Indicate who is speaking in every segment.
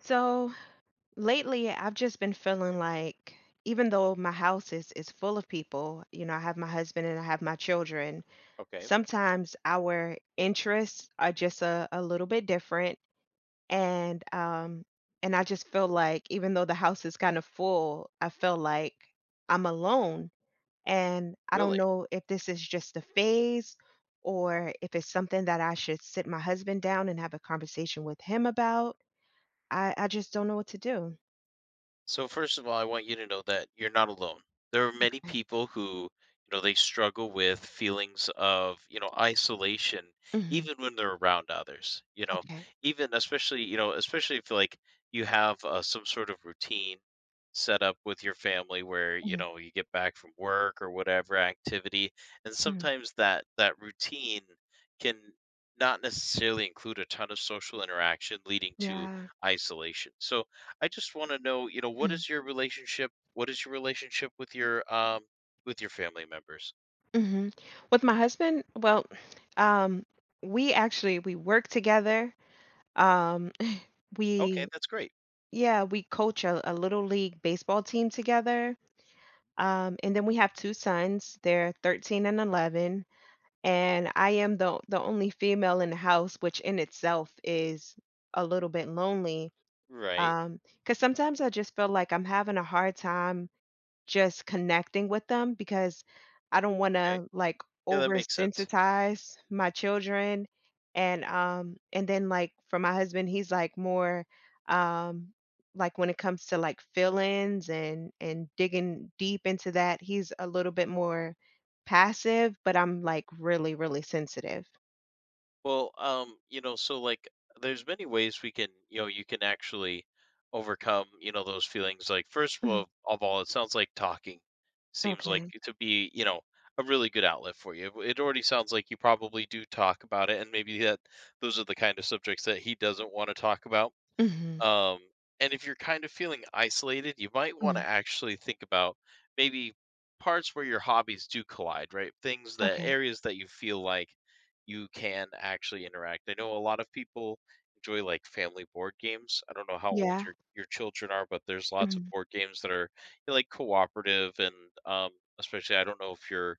Speaker 1: So lately, I've just been feeling like, even though my house is full of people, you know, I have my husband and I have my children.
Speaker 2: Okay,
Speaker 1: Sometimes our interests are just a little bit different, and um, and I just feel like even though the house is kind of full, I feel like I'm alone, and I don't
Speaker 2: really?
Speaker 1: know if this is just a phase or if it's something that I should sit my husband down and have a conversation with him about. I just don't know what to do.
Speaker 2: So first of all, I want you to know that you're not alone. There are many
Speaker 1: Okay.
Speaker 2: people who, you know, they struggle with feelings of, you know, isolation
Speaker 1: Mhm.
Speaker 2: even when they're around others. You know,
Speaker 1: Okay.
Speaker 2: even especially, you know, especially if like you have some sort of routine set up with your family where, you
Speaker 1: Mhm.
Speaker 2: know, you get back from work or whatever activity, and
Speaker 1: Mhm.
Speaker 2: sometimes that routine can not necessarily include a ton of social interaction leading to
Speaker 1: Yeah.
Speaker 2: isolation. So, I just want to know, you know, what
Speaker 1: Mhm.
Speaker 2: is your relationship? What is your relationship with your family members?
Speaker 1: Mhm. With my husband, well, um, we actually we work together. Um,
Speaker 2: Okay,
Speaker 1: we
Speaker 2: that's great.
Speaker 1: yeah, we coach a little league baseball team together. And then we have two sons. They're 13 and 11, and I am the only female in the house, which in itself is a little bit lonely.
Speaker 2: Right.
Speaker 1: Because sometimes I just feel like I'm having a hard time just connecting with them because I don't
Speaker 2: Okay.
Speaker 1: wanna, like,
Speaker 2: Yeah, that makes sense.
Speaker 1: oversensitize my children, and then, like, for my husband, he's, like, more, um, like, when it comes to, like, feelings and digging deep into that, he's a little bit more passive, but I'm, like, really, really sensitive.
Speaker 2: Well, you know, so like there's many ways we can, you know, you can actually overcome, you know, those feelings. Like first
Speaker 1: Mhm.
Speaker 2: of all, it sounds like talking seems like
Speaker 1: Okay.
Speaker 2: to be, you know, a really good outlet for you. It already sounds like you probably do talk about it and maybe that those are the kind of subjects that he doesn't want to talk about.
Speaker 1: Mhm.
Speaker 2: Um, and if you're kind of feeling isolated, you might want to
Speaker 1: Mm.
Speaker 2: actually think about maybe parts where your hobbies do collide, right? Things that
Speaker 1: Okay.
Speaker 2: areas that you feel like you can actually interact. I know a lot of people enjoy like family board games. I don't know how old
Speaker 1: Yeah.
Speaker 2: your children are, but there's lots of
Speaker 1: Mhm.
Speaker 2: board games that are, you know, like cooperative and um especially I don't know if your,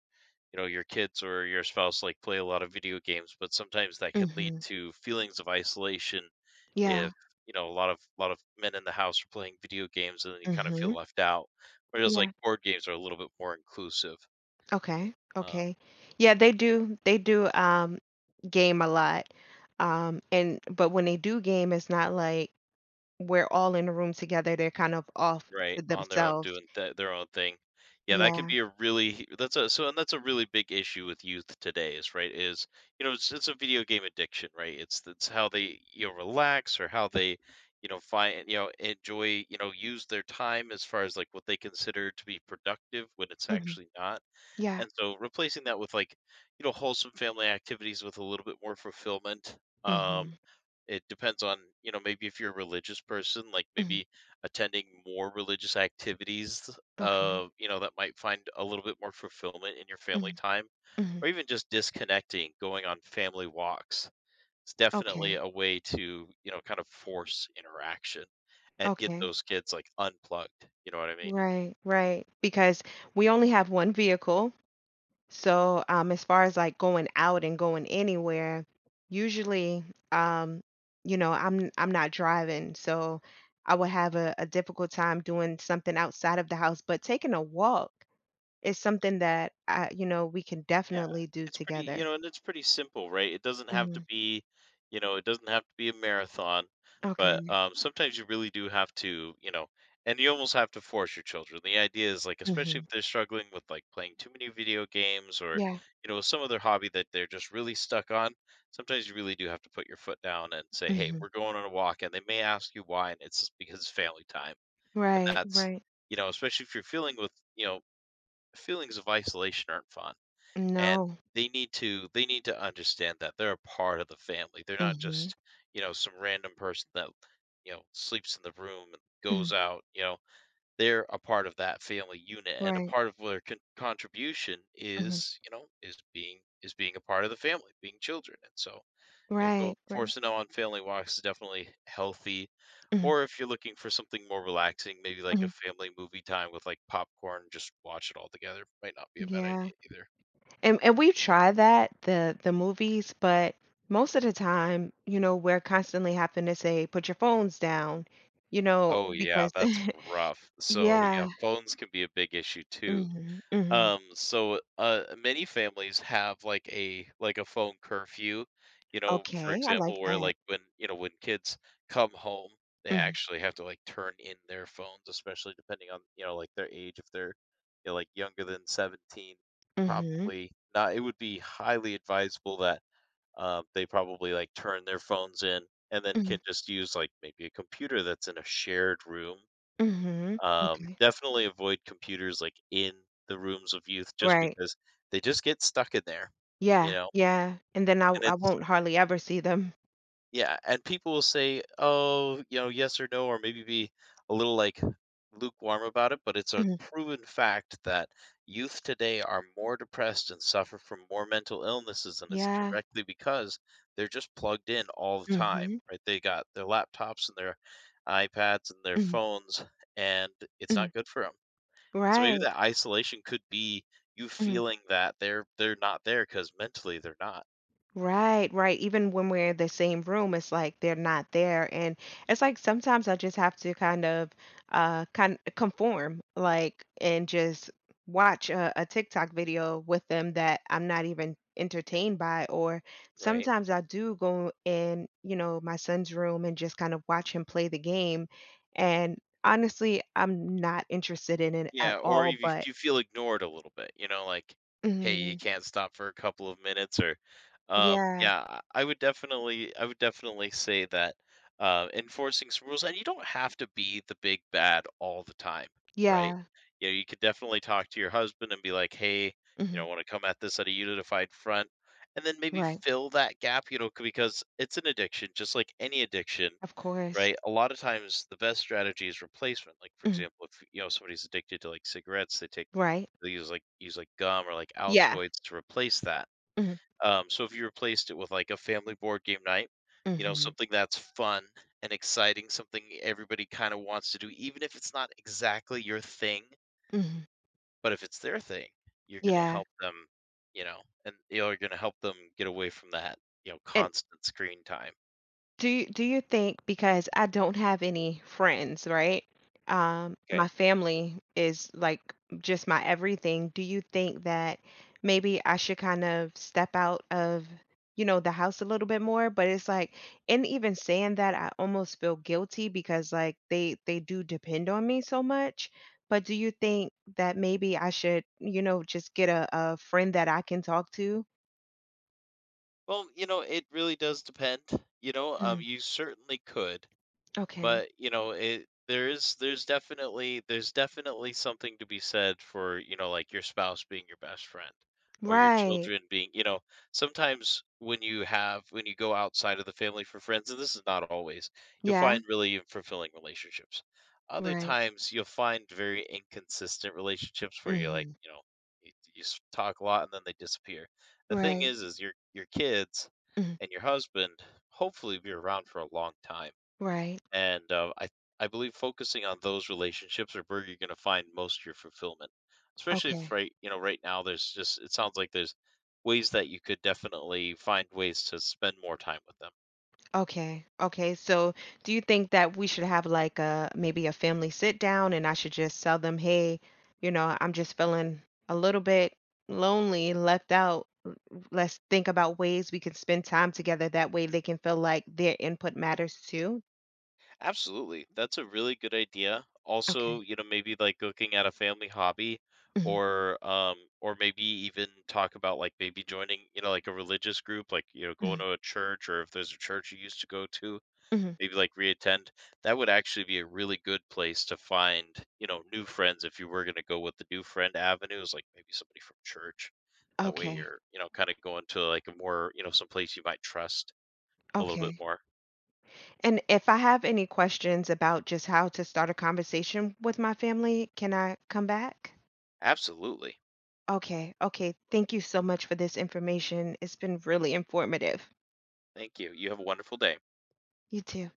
Speaker 2: you know, your kids or your spouse like play a lot of video games, but sometimes that can lead
Speaker 1: Mhm.
Speaker 2: to feelings of isolation
Speaker 1: Yeah.
Speaker 2: if, you know, a lot of men in the house are playing video games and then you kind of feel
Speaker 1: Mhm.
Speaker 2: left out. Whereas, like,
Speaker 1: Yeah.
Speaker 2: board games are a little bit more inclusive,
Speaker 1: Okay.
Speaker 2: um,
Speaker 1: Okay. Yeah, they do. They do game a lot. And but when they do game, it's not like we're all in the room together. They're kind of off to
Speaker 2: right, on their own
Speaker 1: themselves.
Speaker 2: doing th their own thing. Yeah, that can
Speaker 1: Yeah.
Speaker 2: be a really that's a so and that's a really big issue with youth today is, right, is, you know, it's a video game addiction, right? It's how they, you know, relax or how they, you know, find, you know, enjoy, you know, use their time as far as, like, what they consider to be productive when it's
Speaker 1: hmm
Speaker 2: actually not.
Speaker 1: Yeah.
Speaker 2: And so replacing that with like, you know, wholesome family activities with a little bit more fulfillment.
Speaker 1: hmm
Speaker 2: Um, it depends on, you know, maybe if you're a religious person, like maybe
Speaker 1: hmm
Speaker 2: attending more religious activities,
Speaker 1: Okay.
Speaker 2: you know, that might find a little bit more fulfillment in your family
Speaker 1: Mm-hmm.
Speaker 2: time,
Speaker 1: Mm-hmm.
Speaker 2: or even just disconnecting, going on family walks. It's definitely
Speaker 1: Okay.
Speaker 2: a way to, you know, kind of force interaction and get
Speaker 1: Okay.
Speaker 2: those kids like unplugged. You know what I mean?
Speaker 1: Right. Right. Because we only have one vehicle. So, as far as like going out and going anywhere, usually, um, you know, I'm not driving, so I would have a difficult time doing something outside of the house. But taking a walk is something that I, you know, we can
Speaker 2: Yeah,
Speaker 1: definitely do
Speaker 2: it's pretty, you
Speaker 1: together.
Speaker 2: know, and it's pretty simple, right? It doesn't have
Speaker 1: Hmm
Speaker 2: to be, you know, it doesn't have to be a marathon, but
Speaker 1: Okay.
Speaker 2: sometimes you really do have to, you know, and you almost have to force your children. The idea is like, especially if
Speaker 1: hmm
Speaker 2: they're struggling with like playing too many video games or,
Speaker 1: Yeah.
Speaker 2: you know, some other hobby that they're just really stuck on, sometimes you really do have to put your foot down and say, hey,
Speaker 1: hmm
Speaker 2: we're going on a walk. And they may ask you why, and it's just because it's family time. And
Speaker 1: Right.
Speaker 2: that's,
Speaker 1: Right.
Speaker 2: you know, especially if you're feeling with, you know, feelings of isolation aren't fun and
Speaker 1: No.
Speaker 2: they need to understand that they're a part of the family. They're not
Speaker 1: hmm
Speaker 2: just, you know, some random person that, you know, sleeps in the room and
Speaker 1: hmm
Speaker 2: goes out, you know. They're a part of that family unit and a
Speaker 1: Right.
Speaker 2: part of their contribution
Speaker 1: hmm
Speaker 2: is, you know, is being a part of the family, being children. And so, you know, go
Speaker 1: Right. Right.
Speaker 2: forcing them on family walks is definitely healthy
Speaker 1: hmm
Speaker 2: or if you're looking for something more relaxing, maybe like a
Speaker 1: hmm
Speaker 2: family movie time with like popcorn, just watch it all together. Might not be a bad
Speaker 1: Yeah.
Speaker 2: idea either.
Speaker 1: And we try that, the movies, but most of the time, you know, we're constantly having to say, "Put your phones down," you know,
Speaker 2: Oh, yeah,
Speaker 1: because
Speaker 2: that's rough. So,
Speaker 1: Yeah.
Speaker 2: yeah, phones can be a big issue too.
Speaker 1: Mhm, mhm.
Speaker 2: So, many families have like a phone curfew, you know, for
Speaker 1: Okay, I
Speaker 2: example,
Speaker 1: like
Speaker 2: where
Speaker 1: that.
Speaker 2: like when, you know, when kids come home, they
Speaker 1: Mm
Speaker 2: actually have to like turn in their phones, especially depending on, you know, like their age. If they're, you know, like younger than 17,
Speaker 1: mhm,
Speaker 2: probably not. It would be highly advisable that they probably, like, turn their phones in and then can
Speaker 1: mhm,
Speaker 2: just use, like, maybe a computer that's in a shared room.
Speaker 1: mhm. Okay.
Speaker 2: Definitely avoid computers, like, in the rooms of youth just
Speaker 1: Right.
Speaker 2: because they just get stuck in there, you
Speaker 1: Yeah,
Speaker 2: know?
Speaker 1: yeah, and then I
Speaker 2: And
Speaker 1: I
Speaker 2: it's,
Speaker 1: won't hardly ever see them.
Speaker 2: yeah, and people will say, "Oh, you know, yes or no," or maybe be a little like lukewarm about it, but it's a
Speaker 1: Mhm.
Speaker 2: proven fact that youth today are more depressed and suffer from more mental illnesses, and it's
Speaker 1: Yeah.
Speaker 2: directly because they're just plugged in all the time,
Speaker 1: Mhm,
Speaker 2: right? They got their laptops and their iPads and their
Speaker 1: mhm,
Speaker 2: phones, and it's
Speaker 1: mhm.
Speaker 2: not good for them. So maybe
Speaker 1: Right.
Speaker 2: that isolation could be you
Speaker 1: Mhm.
Speaker 2: feeling that they're not there because mentally they're not,
Speaker 1: Right, right. Even when we're in the same room, it's like they're not there. And it's like sometimes I just have to kind of kind conform like and just watch a TikTok video with them that I'm not even entertained by. Or
Speaker 2: right?
Speaker 1: sometimes I do go in, you know, my son's room and just kind of watch him play the game. And honestly, I'm not interested in it at
Speaker 2: Yeah, or
Speaker 1: all,
Speaker 2: if you
Speaker 1: but
Speaker 2: you feel ignored a little bit, you know, like, "Hey, you
Speaker 1: mhm,
Speaker 2: can't stop for a couple of minutes," or,
Speaker 1: yeah,
Speaker 2: yeah, I would definitely say that, enforcing some rules and you don't have to be the big bad all the time, right?
Speaker 1: yeah,
Speaker 2: You know, you could definitely talk to your husband and be like, "Hey, you
Speaker 1: mhm,
Speaker 2: know, wanna come at this at a unified front," and then maybe
Speaker 1: right,
Speaker 2: fill that gap, you know, c because it's an addiction, just like any addiction,
Speaker 1: of course.
Speaker 2: right? A lot of times the best strategy is replacement. Like, for
Speaker 1: Mm-hmm.
Speaker 2: example, if, you know, somebody's addicted to like cigarettes, they take
Speaker 1: Right.
Speaker 2: they use like gum or like
Speaker 1: Yeah.
Speaker 2: Altoids to replace that.
Speaker 1: Mhm,
Speaker 2: So if you replaced it with like a family board game night, you know,
Speaker 1: mhm,
Speaker 2: something that's fun and exciting, something everybody kind of wants to do, even if it's not exactly your thing,
Speaker 1: mhm.
Speaker 2: but if it's their thing, you're gonna
Speaker 1: Yeah,
Speaker 2: help them, you know, and you know, you're gonna help them get away from that, you know,
Speaker 1: and
Speaker 2: constant screen time.
Speaker 1: do you think because I don't have any friends, right? My
Speaker 2: Okay.
Speaker 1: family is, like, just my everything. Do you think that maybe I should kind of step out of, you know, the house a little bit more? But it's like and even saying that, I almost feel guilty because, like, they do depend on me so much. But do you think that maybe I should, you know, just get a friend that I can talk to?
Speaker 2: Well, you know, it really does depend. You know,
Speaker 1: Mm,
Speaker 2: you certainly could.
Speaker 1: okay.
Speaker 2: But, you know, it there is there's definitely something to be said for, you know, like your spouse being your best friend or your
Speaker 1: Right.
Speaker 2: children being, you know, sometimes when you have when you go outside of the family for friends, and this is not always, you'll
Speaker 1: Yeah.
Speaker 2: find really fulfilling relationships. Other
Speaker 1: Right.
Speaker 2: times you'll find very inconsistent relationships where you're like,
Speaker 1: Mhm.
Speaker 2: you know, talk a lot and then they disappear. The thing
Speaker 1: Right.
Speaker 2: is your kids
Speaker 1: Mhm.
Speaker 2: and your husband hopefully be around for a long time
Speaker 1: Right.
Speaker 2: and, I believe focusing on those relationships are where you're gonna find most of your fulfillment, especially if
Speaker 1: Okay.
Speaker 2: right you know, right now there's just it sounds like there's ways that you could definitely find ways to spend more time with them.
Speaker 1: Okay. Okay. So, do you think that we should have like a maybe a family sit down and I should just tell them, "Hey, you know, I'm just feeling a little bit lonely, left out. L- Let's think about ways we can spend time together. That way they can feel like their input matters too."
Speaker 2: Absolutely, that's a really good idea. Also,
Speaker 1: Okay.
Speaker 2: you know, maybe, like, looking at a family hobby
Speaker 1: Mhm.
Speaker 2: or maybe even talk about, like, maybe joining, you know, like, a religious group, like, you know, going
Speaker 1: Mhm.
Speaker 2: to a church or if there's a church you used to go to,
Speaker 1: Mhm.
Speaker 2: maybe like reattend, that would actually be a really good place to find, you know, new friends if you were going to go with the new friend avenue is like maybe somebody from church. That way
Speaker 1: Okay.
Speaker 2: you're, you know, kind of going to like a more, you know, someplace you might trust a little bit
Speaker 1: Okay.
Speaker 2: more.
Speaker 1: And if I have any questions about just how to start a conversation with my family, can I come back?
Speaker 2: Absolutely.
Speaker 1: Okay, okay. Thank you so much for this information. It's been really informative.
Speaker 2: Thank you. You have a wonderful day.
Speaker 1: You too.